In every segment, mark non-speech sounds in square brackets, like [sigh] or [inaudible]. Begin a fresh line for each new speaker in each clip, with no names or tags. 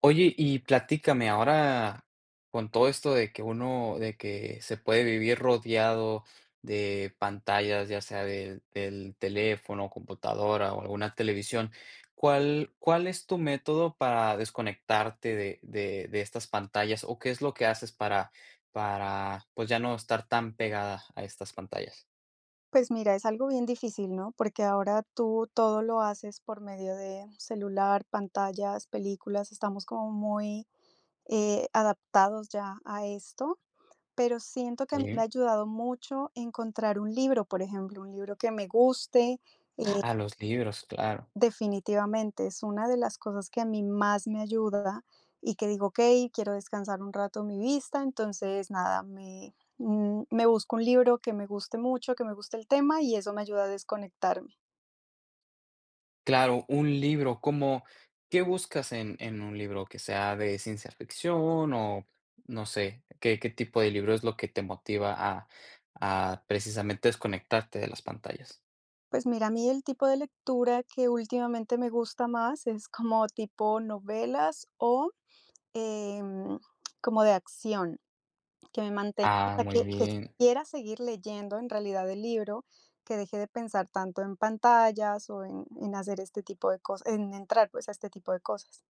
Oye, y platícame ahora con todo esto de que uno, de que se puede vivir rodeado de pantallas, ya sea del teléfono, computadora o alguna televisión, ¿cuál es tu método para desconectarte de estas pantallas o qué es lo que haces para pues ya no estar tan pegada a estas pantallas?
Pues mira, es algo bien difícil, ¿no? Porque ahora tú todo lo haces por medio de celular, pantallas, películas, estamos como muy adaptados ya a esto, pero siento que a mí me Ujú. Ha
Sí.
Ujú. Ayudado mucho encontrar un libro, por ejemplo, un libro que me guste, eh,
A los libros, claro.
definitivamente, es una de las cosas que a mí más me ayuda y que digo: "Ok, quiero descansar un rato mi vista", entonces nada, me busco un libro que me guste mucho, que me guste el tema y eso me ayuda a desconectarme.
Claro, un libro, como, ¿qué buscas en un libro? ¿Que sea de ciencia ficción o no sé, qué tipo de libro es lo que te motiva a precisamente desconectarte de las pantallas?
Pues mira, a mí el tipo de lectura que últimamente me gusta más es como tipo novelas o, em, como de acción. Que me mantenga, o
Ah,
sea, que
muy
que
bien.
quiera seguir leyendo en realidad el libro, que deje de pensar tanto en pantallas o en hacer este tipo de cosas, en entrar, pues, a este tipo de cosas.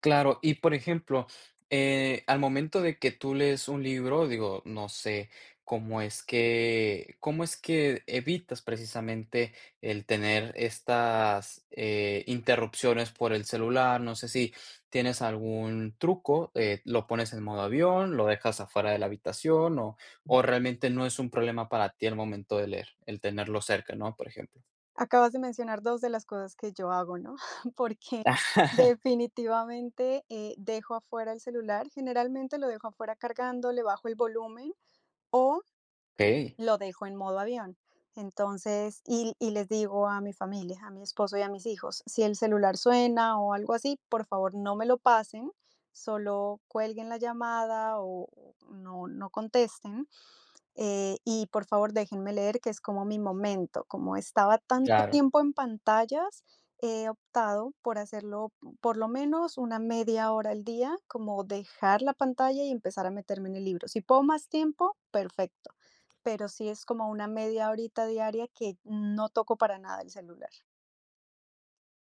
Claro, y por ejemplo, al momento de que tú lees un libro, digo, no sé, cómo es que evitas precisamente el tener estas interrupciones por el celular. No sé si tienes algún truco, lo pones en modo avión, lo dejas afuera de la habitación, o realmente no es un problema para ti al momento de leer, el tenerlo cerca, ¿no? Por ejemplo.
Acabas de mencionar 2 de las cosas que yo hago, ¿no? [laughs] Porque
Ah,
definitivamente, dejo afuera el celular, generalmente lo dejo afuera cargando, le bajo el volumen o
ok,
lo dejo en modo avión. Entonces, y les digo a mi familia, a mi esposo y a mis hijos, si el celular suena o algo así, por favor, no me lo pasen, solo cuelguen la llamada o no contesten, y por favor déjenme leer, que es como mi momento. Como estaba tanto
claro.
tiempo en pantallas, he optado por hacerlo por lo menos una media hora al día, como dejar la pantalla y empezar a meterme en el libro. Si puedo más tiempo, perfecto, pero sí es como una media horita diaria que no toco para nada el celular.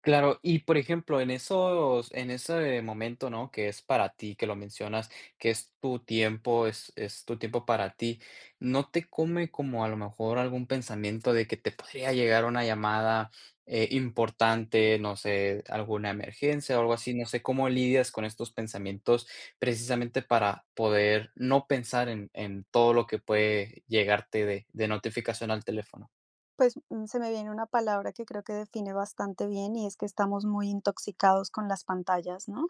Claro, y por ejemplo, en esos en ese momento, ¿no? Que es para ti, que lo mencionas, que es tu tiempo, es tu tiempo para ti, ¿no te come como a lo mejor algún pensamiento de que te podría llegar una llamada, importante, no sé, alguna emergencia o algo así? No sé, ¿cómo lidias con estos pensamientos precisamente para poder no pensar en todo lo que puede llegarte de notificación al teléfono?
Pues se me viene una palabra que creo que define bastante bien y es que estamos muy intoxicados con las pantallas, ¿no?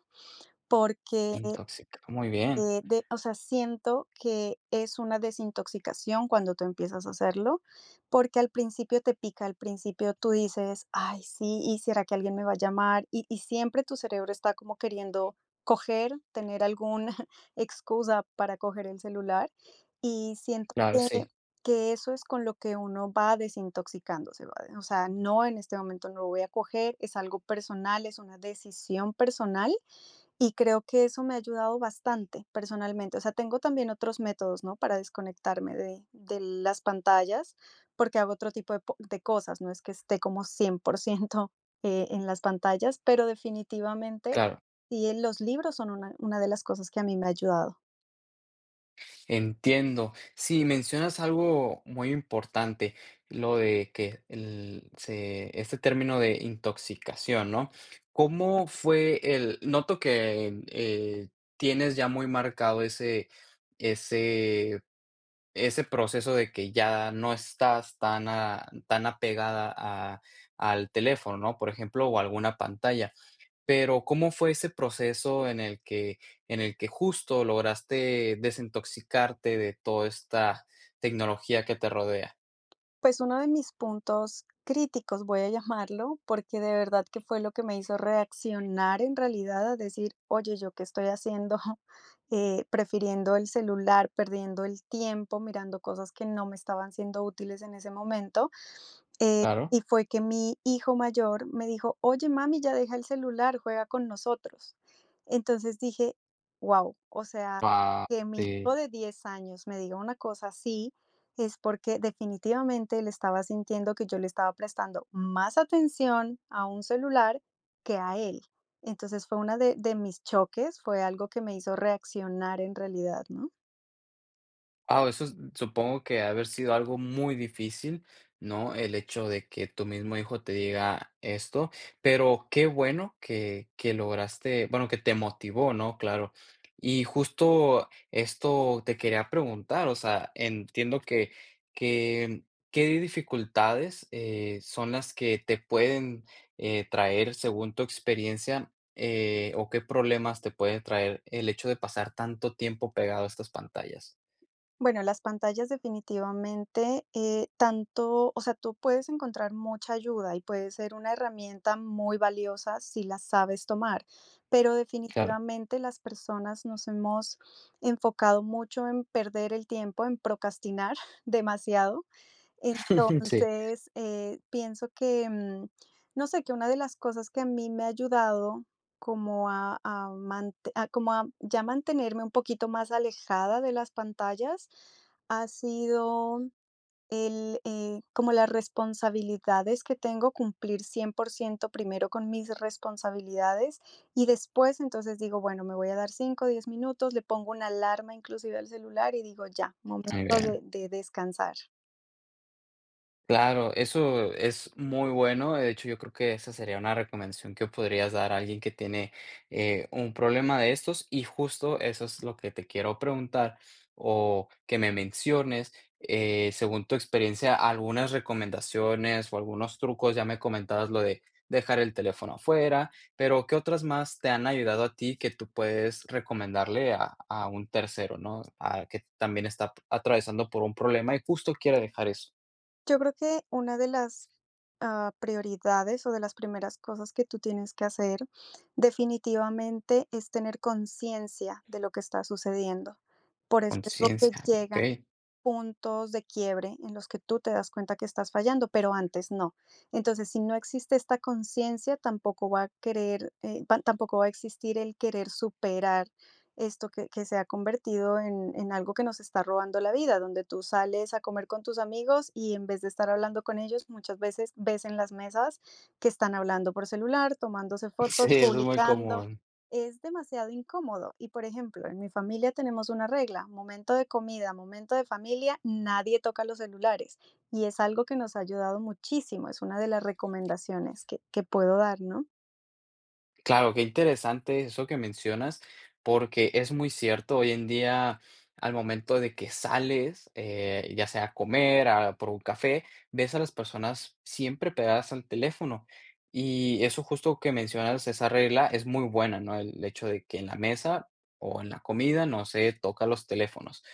Porque
Intoxica, muy bien.
De o sea, siento que es una desintoxicación cuando tú empiezas a hacerlo, porque al principio te pica, al principio tú dices: "Ay, sí, ¿y será que alguien me va a llamar?", y siempre tu cerebro está como queriendo coger, tener alguna [laughs] excusa para coger el celular, y siento
Claro,
que
sí,
que eso es con lo que uno va desintoxicándose, va o sea, no, en este momento no lo voy a coger, es algo personal, es una decisión personal y creo que eso me ha ayudado bastante personalmente. O sea, tengo también otros métodos, ¿no? Para desconectarme de las pantallas, porque hago otro tipo de, de cosas, no es que esté como 100% en las pantallas, pero definitivamente
claro.
sí, los libros son una de las cosas que a mí me ha ayudado.
Entiendo. Sí, mencionas algo muy importante, lo de que el, se, este término de intoxicación, ¿no? ¿Cómo fue el, noto que tienes ya muy marcado ese, ese, ese proceso de que ya no estás tan, tan apegada a, al teléfono, ¿no? Por ejemplo, o alguna pantalla. Pero, ¿cómo fue ese proceso en el que justo lograste desintoxicarte de toda esta tecnología que te rodea?
Pues uno de mis puntos críticos, voy a llamarlo, porque de verdad que fue lo que me hizo reaccionar en realidad a decir, oye, ¿yo qué estoy haciendo? [laughs] Prefiriendo el celular, perdiendo el tiempo, mirando cosas que no me estaban siendo útiles en ese momento.
Claro,
Y fue que mi hijo mayor me dijo: "Oye, mami, ya deja el celular, juega con nosotros". Entonces dije: "Wow, o sea,
pa
que mi
te.
hijo de 10 años me diga una cosa así, es porque definitivamente él estaba sintiendo que yo le estaba prestando más atención a un celular que a él". Entonces fue una de mis choques, fue algo que me hizo reaccionar en realidad, ¿no?
Ah, eso es supongo que ha de haber sido algo muy difícil, ¿no? El hecho de que tu mismo hijo te diga esto, pero qué bueno que lograste, bueno, que te motivó, ¿no? Claro. Y justo esto te quería preguntar, o sea, entiendo que que qué dificultades, son las que te pueden, traer según tu experiencia, o qué problemas te puede traer el hecho de pasar tanto tiempo pegado a estas pantallas.
Bueno, las pantallas definitivamente, tanto, o sea, tú puedes encontrar mucha ayuda y puede ser una herramienta muy valiosa si la sabes tomar, pero
Claro.
definitivamente las personas nos hemos enfocado mucho en perder el tiempo, en procrastinar [laughs] demasiado
[laughs] Sí,
entonces, pienso que, no sé, que una de las cosas que a mí me ha ayudado como a ya mantenerme un poquito más alejada de las pantallas ha sido como las responsabilidades que tengo, cumplir 100% primero con mis responsabilidades y después entonces digo, bueno, me voy a dar 5 o 10 minutos, le pongo una alarma inclusive al celular y digo, ya, momento
muy
de
bien.
de descansar.
Claro, eso es muy bueno. De hecho, yo creo que esa sería una recomendación que podrías dar a alguien que tiene un problema de estos. Y justo eso es lo que te quiero preguntar o que me menciones, según tu experiencia, algunas recomendaciones o algunos trucos. Ya me comentabas lo de dejar el teléfono afuera, pero ¿qué otras más te han ayudado a ti que tú puedes recomendarle a un tercero, ¿no? A que también está atravesando por un problema y justo quiere dejar eso.
Yo creo que una de las, prioridades o de las primeras cosas que tú tienes que hacer definitivamente es tener conciencia de lo que está sucediendo. Por eso digo que
Conciencia,
llegan
okey. [laughs]
puntos de quiebre en los que tú te das cuenta que estás fallando, pero antes no. Entonces, si no existe esta conciencia, tampoco va a querer, tampoco va a existir el querer superar esto que se ha convertido en algo que nos está robando la vida, donde tú sales a comer con tus amigos y en vez de estar hablando con ellos, muchas veces ves en las mesas que están hablando por celular, tomándose
Sí,
fotos,
eso es muy
publicando.
común.
Es demasiado incómodo. Y por ejemplo, en mi familia tenemos una regla, momento de comida, momento de familia, nadie toca los celulares. Y es algo que nos ha ayudado muchísimo, es una de las recomendaciones que puedo dar, ¿no?
Claro, qué interesante eso que mencionas, porque es muy cierto, hoy en día, al momento de que sales, ya sea a comer, a por un café, ves a las personas siempre pegadas al teléfono. Y eso justo que mencionas, esa regla es muy buena, ¿no? El hecho de que en la mesa o en la comida no se toca los teléfonos.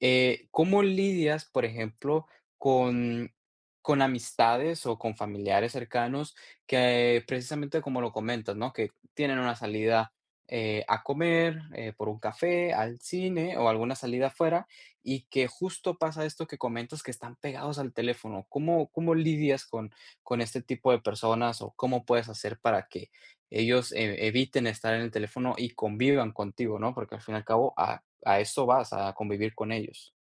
¿Cómo lidias, por ejemplo, con, con amistades o con familiares cercanos que precisamente como lo comentas, ¿no? Que tienen una salida a comer, por un café, al cine o alguna salida afuera y que justo pasa esto que comentas que están pegados al teléfono. ¿Cómo, cómo lidias con este tipo de personas o cómo puedes hacer para que ellos eviten estar en el teléfono y convivan contigo, ¿no? Porque al fin y al cabo, a eso vas, a convivir con ellos.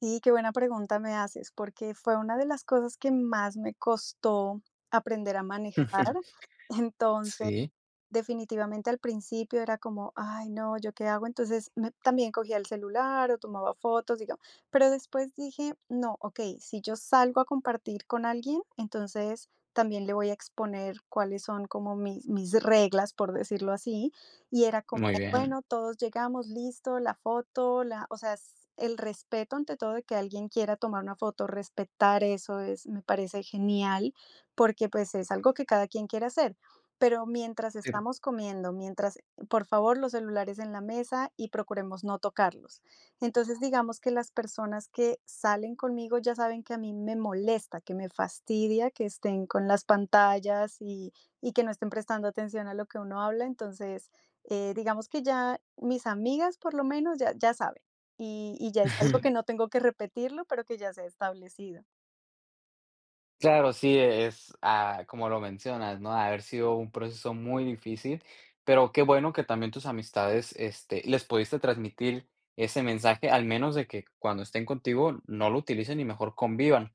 Sí, qué buena pregunta me haces, porque fue una de las cosas que más me costó aprender a manejar.
[laughs]
[laughs] Entonces,
Sí,
definitivamente al principio era como: "Ay, no, ¿yo qué hago?". Entonces, me también cogía el celular o tomaba fotos, digamos, pero después dije: "No, okey, si yo salgo a compartir con alguien, entonces también le voy a exponer cuáles son como mis reglas", por decirlo así, y era como:
muy
Claro.
bien.
"Bueno, todos llegamos, listo, la foto, la", o sea, s el respeto ante todo de que alguien quiera tomar una foto, respetar eso es me parece genial, porque, pues, es algo que cada quien quiere hacer. Pero mientras
Sí.
estamos comiendo, mientras, por favor, los celulares en la mesa y procuremos no tocarlos. Entonces, digamos que las personas que salen conmigo ya saben que a mí me molesta, que me fastidia que estén con las pantallas y que no estén prestando atención a lo que uno habla. Entonces, digamos que ya mis amigas, por lo menos, ya, ya saben. Y ya es algo sí, que no
[laughs]
tengo que repetirlo, pero que ya se ha establecido.
Claro, sí, es, ah, como lo mencionas, ¿no? Ha haber sido un proceso muy difícil, pero qué bueno que también tus amistades, este, les pudiste transmitir ese mensaje, al menos de que cuando estén contigo no lo utilicen y mejor convivan.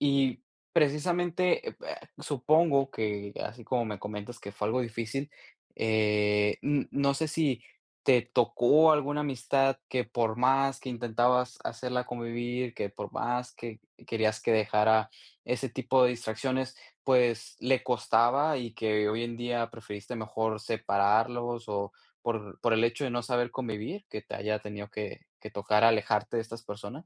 Y precisamente, supongo que, así como me comentas que fue algo difícil, n no sé si te tocó alguna amistad que por más que intentabas hacerla convivir, que por más que querías que dejara ese tipo de distracciones, pues le costaba y que hoy en día preferiste mejor separarlos o por el hecho de no saber convivir, que te haya tenido que tocar alejarte de estas personas.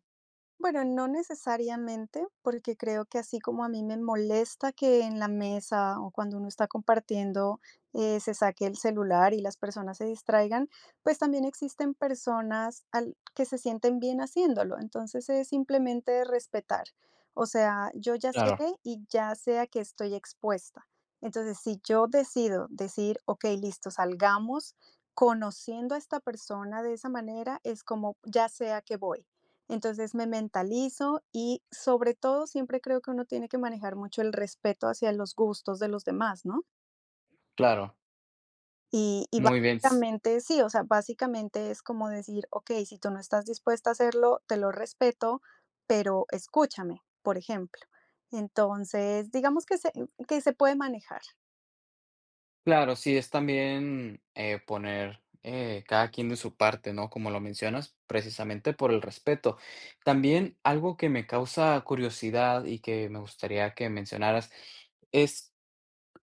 Bueno, no necesariamente, porque creo que así como a mí me molesta que en la mesa o cuando uno está compartiendo se saque el celular y las personas se distraigan, pues también existen personas que se sienten bien haciéndolo. Entonces es simplemente respetar. O sea, yo ya sé
Claro,
y ya sé a qué estoy expuesta. Entonces, si yo decido decir, ok, listo, salgamos conociendo a esta persona de esa manera, es como ya sé a qué voy entonces me mentalizo y sobre todo siempre creo que uno tiene que manejar mucho el respeto hacia los gustos de los demás, ¿no?
claro.
Y
Muy bien.
básicamente sí, o sea, básicamente es como decir, ok, si tú no estás dispuesta a hacerlo, te lo respeto, pero escúchame, por ejemplo. Entonces, digamos que se puede manejar.
Claro, sí, es también poner cada quien de su parte, ¿no? Como lo mencionas, precisamente por el respeto. También algo que me causa curiosidad y que me gustaría que mencionaras es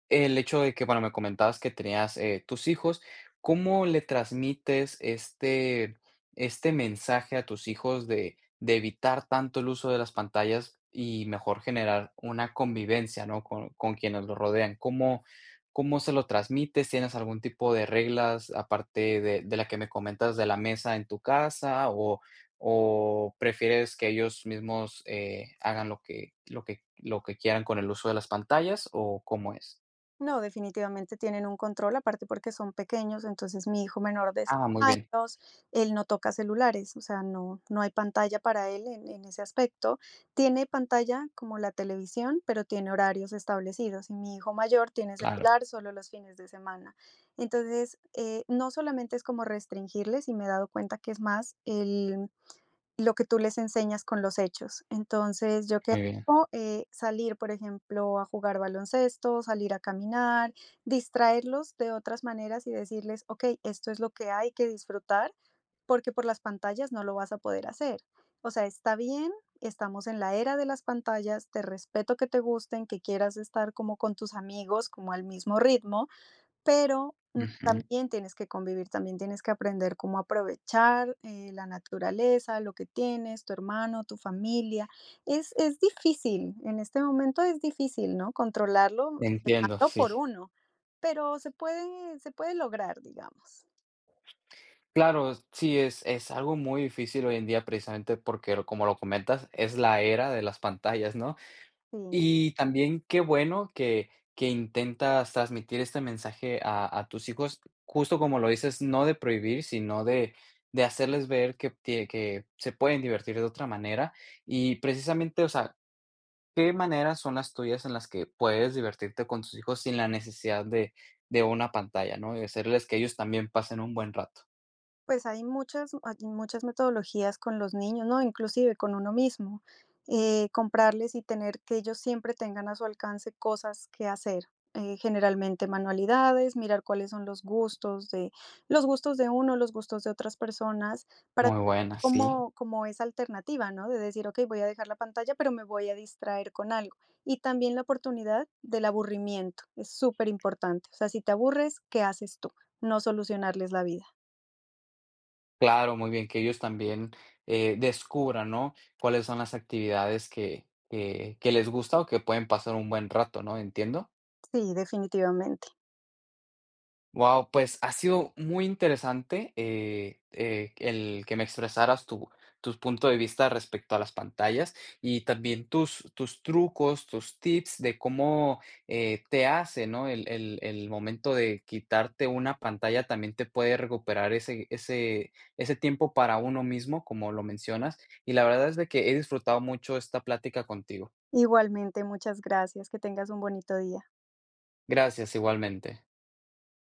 el hecho de que, bueno, me comentabas que tenías, tus hijos, ¿cómo le transmites este este mensaje a tus hijos de evitar tanto el uso de las pantallas y mejor generar una convivencia, no?, con quienes los rodean? ¿Cómo cómo se lo transmites? ¿Tienes algún tipo de reglas aparte de la que me comentas de la mesa en tu casa o prefieres que ellos mismos, hagan lo que lo que quieran con el uso de las pantallas o cómo es?
No, definitivamente tienen un control, aparte porque son pequeños, entonces mi hijo menor de 6
Ah, muy bien,
años, él no toca celulares, o sea, no, no hay pantalla para él en ese aspecto. Tiene pantalla como la televisión, pero tiene horarios establecidos y mi hijo mayor tiene
claro,
celular solo los fines de semana. Entonces, no solamente es como restringirles y me he dado cuenta que es más el lo que tú les enseñas con los hechos. Entonces, ¿yo qué
muy bien.
hago? Salir, por ejemplo, a jugar baloncesto, salir a caminar, distraerlos de otras maneras y decirles: "Okey, esto es lo que hay que disfrutar, porque por las pantallas no lo vas a poder hacer. O sea, está bien, estamos en la era de las pantallas, te respeto que te gusten, que quieras estar como con tus amigos, como al mismo ritmo, pero,
Ujú,
también tienes que convivir, también tienes que aprender cómo aprovechar, la naturaleza, lo que tienes, tu hermano, tu familia. Es difícil, en este momento es difícil, ¿no? Controlarlo,
entiendo,
hazlo por
sí.
uno, pero se puede lograr, digamos.
Claro, sí, es algo muy difícil hoy en día precisamente porque, como lo comentas, es la era de las pantallas, ¿no?
Sí.
Y también qué bueno que intentas transmitir este mensaje a tus hijos, justo como lo dices, no de prohibir, sino de hacerles ver que tie que se pueden divertir de otra manera. Y precisamente, o sea, ¿qué maneras son las tuyas en las que puedes divertirte con tus hijos sin la necesidad de una pantalla, no? Y hacerles que ellos también pasen un buen rato.
Pues hay muchas metodologías con los niños, ¿no? Inclusive con uno mismo. Comprarles y tener que ellos siempre tengan a su alcance cosas que hacer. Generalmente manualidades, mirar cuáles son los gustos de uno, los gustos de otras personas, para
Muy
tener
buena, sí.
como esa alternativa, ¿no? De decir, ok, voy a dejar la pantalla, pero me voy a distraer con algo. Y también la oportunidad del aburrimiento, es súper importante. O sea, si te aburres, ¿qué haces tú? No solucionarles la vida.
Claro, muy bien, que ellos también, descubran, ¿no?, cuáles son las actividades que que les gusta o que pueden pasar un buen rato, ¿no? Entiendo.
Sí, definitivamente.
Wow, pues ha sido muy interesante, el que me expresaras tu tus punto de vista respecto a las pantallas y también tus tus trucos, tus tips de cómo, te hace, ¿no? El momento de quitarte una pantalla también te puede recuperar ese tiempo para uno mismo, como lo mencionas, y la verdad es de que he disfrutado mucho esta plática contigo.
Igualmente, muchas gracias. Que tengas un bonito día.
Gracias, igualmente.